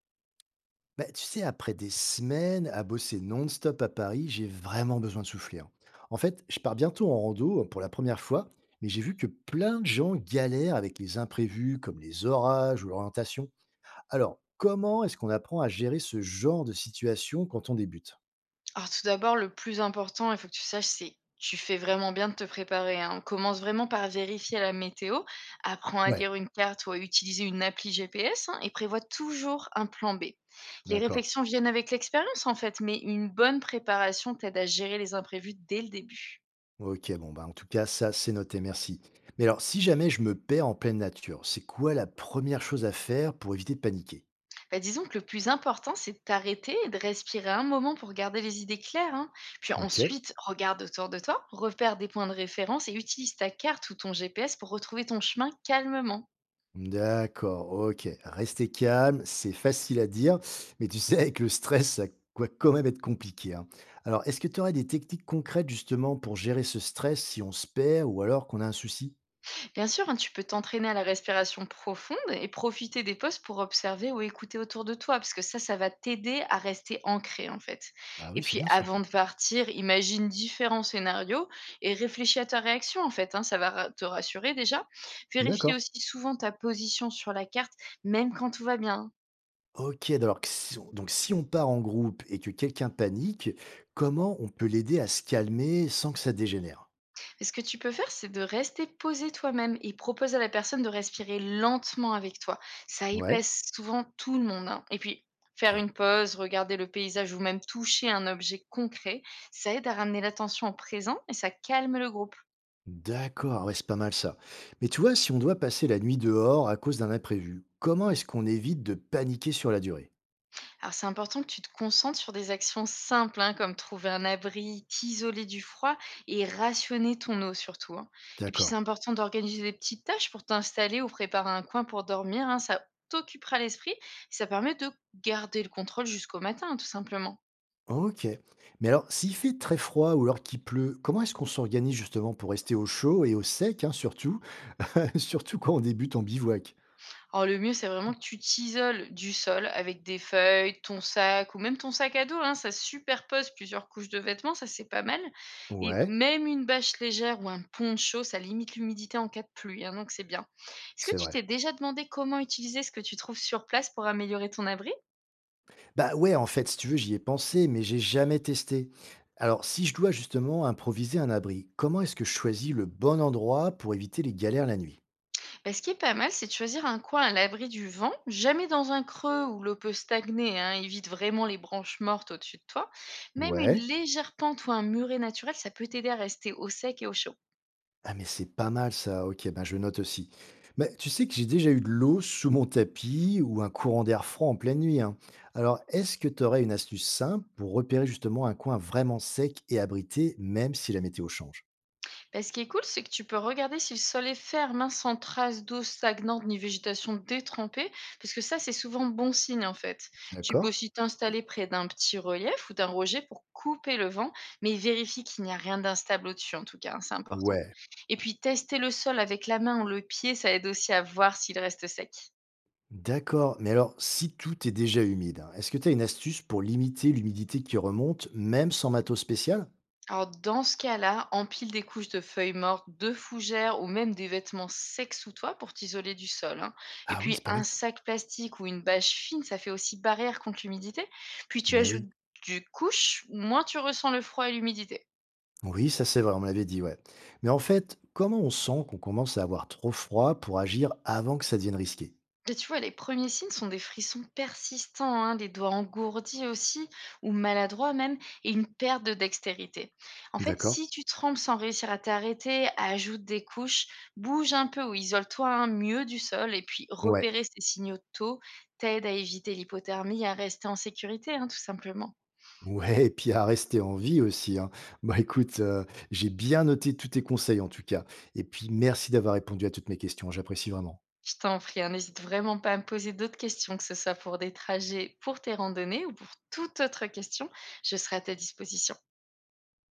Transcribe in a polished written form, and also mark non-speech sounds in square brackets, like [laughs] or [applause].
Bah, tu sais, après des semaines à bosser non-stop à Paris, j'ai vraiment besoin de souffler, hein. En fait, je pars bientôt en rando, hein, pour la première fois, mais j'ai vu que plein de gens galèrent avec les imprévus, comme les orages ou l'orientation. Alors, comment est-ce qu'on apprend à gérer ce genre de situation quand on débute? Alors tout d'abord, le plus important, il faut que tu saches, c'est tu fais vraiment bien de te préparer, hein. Commence vraiment par vérifier la météo, apprends à Ouais, lire une carte ou à utiliser une appli GPS, hein, et prévois toujours un plan B. Les d'accord. réflexions viennent avec l'expérience en fait, mais une bonne préparation t'aide à gérer les imprévus dès le début. Ok, bon, bah, en tout cas, ça, c'est noté, merci. Mais alors, si jamais je me perds en pleine nature, c'est quoi la première chose à faire pour éviter de paniquer? Bah, disons que le plus important, c'est de t'arrêter et de respirer un moment pour garder les idées claires, hein. Puis Ok. ensuite, regarde autour de toi, repère des points de référence et utilise ta carte ou ton GPS pour retrouver ton chemin calmement. D'accord, OK. Rester calme, c'est facile à dire, mais tu sais, avec le stress, ça va quand même être compliqué, hein. Alors, est-ce que tu aurais des techniques concrètes justement pour gérer ce stress si on se perd ou alors qu'on a un souci? Bien sûr, hein, tu peux t'entraîner à la respiration profonde et profiter des postes pour observer ou écouter autour de toi, parce que ça va t'aider à rester ancré en fait. Bah oui, Et c'est puis bien ça. avant de partir, imagine différents scénarios et réfléchis à ta réaction en fait. Hein, ça va te rassurer déjà. Vérifie D'accord. aussi souvent ta position sur la carte, même quand tout va bien. Ok, alors que si on- donc si on part en groupe et que quelqu'un panique, comment on peut l'aider à se calmer sans que ça dégénère? Mais ce que tu peux faire, c'est de rester posé toi-même et propose à la personne de respirer lentement avec toi. Ça Ouais. épaisse souvent tout le monde, hein. Et puis, faire Ok. une pause, regarder le paysage ou même toucher un objet concret, ça aide à ramener l'attention au présent et ça calme le groupe. D'accord, ouais, c'est pas mal ça. Mais tu vois, si on doit passer la nuit dehors à cause d'un imprévu, comment est-ce qu'on évite de paniquer sur la durée? Alors c'est important que tu te concentres sur des actions simples, hein, comme trouver un abri, t'isoler du froid et rationner ton eau surtout, hein. Et puis c'est D'accord. important d'organiser des petites tâches pour t'installer ou préparer un coin pour dormir, hein, ça t'occupera l'esprit et ça permet de garder le contrôle jusqu'au matin, hein, tout simplement. Ok. Mais alors, s'il fait très froid ou alors qu'il pleut, comment est-ce qu'on s'organise justement pour rester au chaud et au sec, hein, surtout, [laughs] surtout quand on débute en bivouac? Alors le mieux, c'est vraiment que tu t'isoles du sol avec des feuilles, ton sac ou même ton sac à dos. Hein, ça superpose plusieurs couches de vêtements, ça c'est pas mal. Et Ouais, même une bâche légère ou un poncho, ça limite l'humidité en cas de pluie, hein, donc c'est bien. Est-ce que c'est tu vrai. t'es déjà demandé comment utiliser ce que tu trouves sur place pour améliorer ton abri? Bah ouais, en fait, si tu veux, j'y ai pensé, mais j'ai jamais testé. Alors, si je dois justement improviser un abri, comment est-ce que je choisis le bon endroit pour éviter les galères la nuit? Bah, ce qui est pas mal, c'est de choisir un coin à l'abri du vent, jamais dans un creux où l'eau peut stagner. Hein, évite vraiment les branches mortes au-dessus de toi. Même une Ouais. légère pente ou un muret naturel, ça peut t'aider à rester au sec et au chaud. Ah mais c'est pas mal ça, OK, ben, je note aussi. Mais tu sais que j'ai déjà eu de l'eau sous mon tapis ou un courant d'air froid en pleine nuit, hein. Alors, est-ce que tu aurais une astuce simple pour repérer justement un coin vraiment sec et abrité, même si la météo change? Bah, ce qui est cool, c'est que tu peux regarder si le sol est ferme, hein, sans traces d'eau stagnante ni végétation détrempée, parce que ça, c'est souvent bon signe en fait. Tu peux D'accord? aussi t'installer près d'un petit relief ou d'un rocher pour couper le vent, mais vérifie qu'il n'y a rien d'instable au-dessus en tout cas, hein, c'est important. Ouais, Et puis tester le sol avec la main ou le pied, ça aide aussi à voir s'il reste sec. d'accord. Mais alors, si tout est déjà humide, hein, est-ce que tu as une astuce pour limiter l'humidité qui remonte, même sans matos spécial? Alors dans ce cas-là, empile des couches de feuilles mortes, de fougères ou même des vêtements secs sous toi pour t'isoler du sol, hein. Et Ah oui, puis c'est pas un bête. sac plastique ou une bâche fine, ça fait aussi barrière contre l'humidité. Puis tu Mais oui. ajoutes du couche, moins tu ressens le froid et l'humidité. Oui, ça c'est vrai, on me l'avait dit, ouais. Mais en fait, comment on sent qu'on commence à avoir trop froid pour agir avant que ça devienne risqué? Mais tu vois, les premiers signes sont des frissons persistants, hein, des doigts engourdis aussi, ou maladroits même, et une perte de dextérité. En fait, D'accord? si tu trembles sans réussir à t'arrêter, ajoute des couches, bouge un peu ou isole-toi, hein, mieux du sol, et puis Ouais. repérer ces signaux tôt t'aide à éviter l'hypothermie, à rester en sécurité, hein, tout simplement. Ouais, et puis à rester en vie aussi, hein. Bah écoute, j'ai bien noté tous tes conseils en tout cas. Et puis merci d'avoir répondu à toutes mes questions, j'apprécie vraiment. Je t'en prie, hein, n'hésite vraiment pas à me poser d'autres questions, que ce soit pour des trajets, pour tes randonnées ou pour toute autre question, je serai à ta disposition.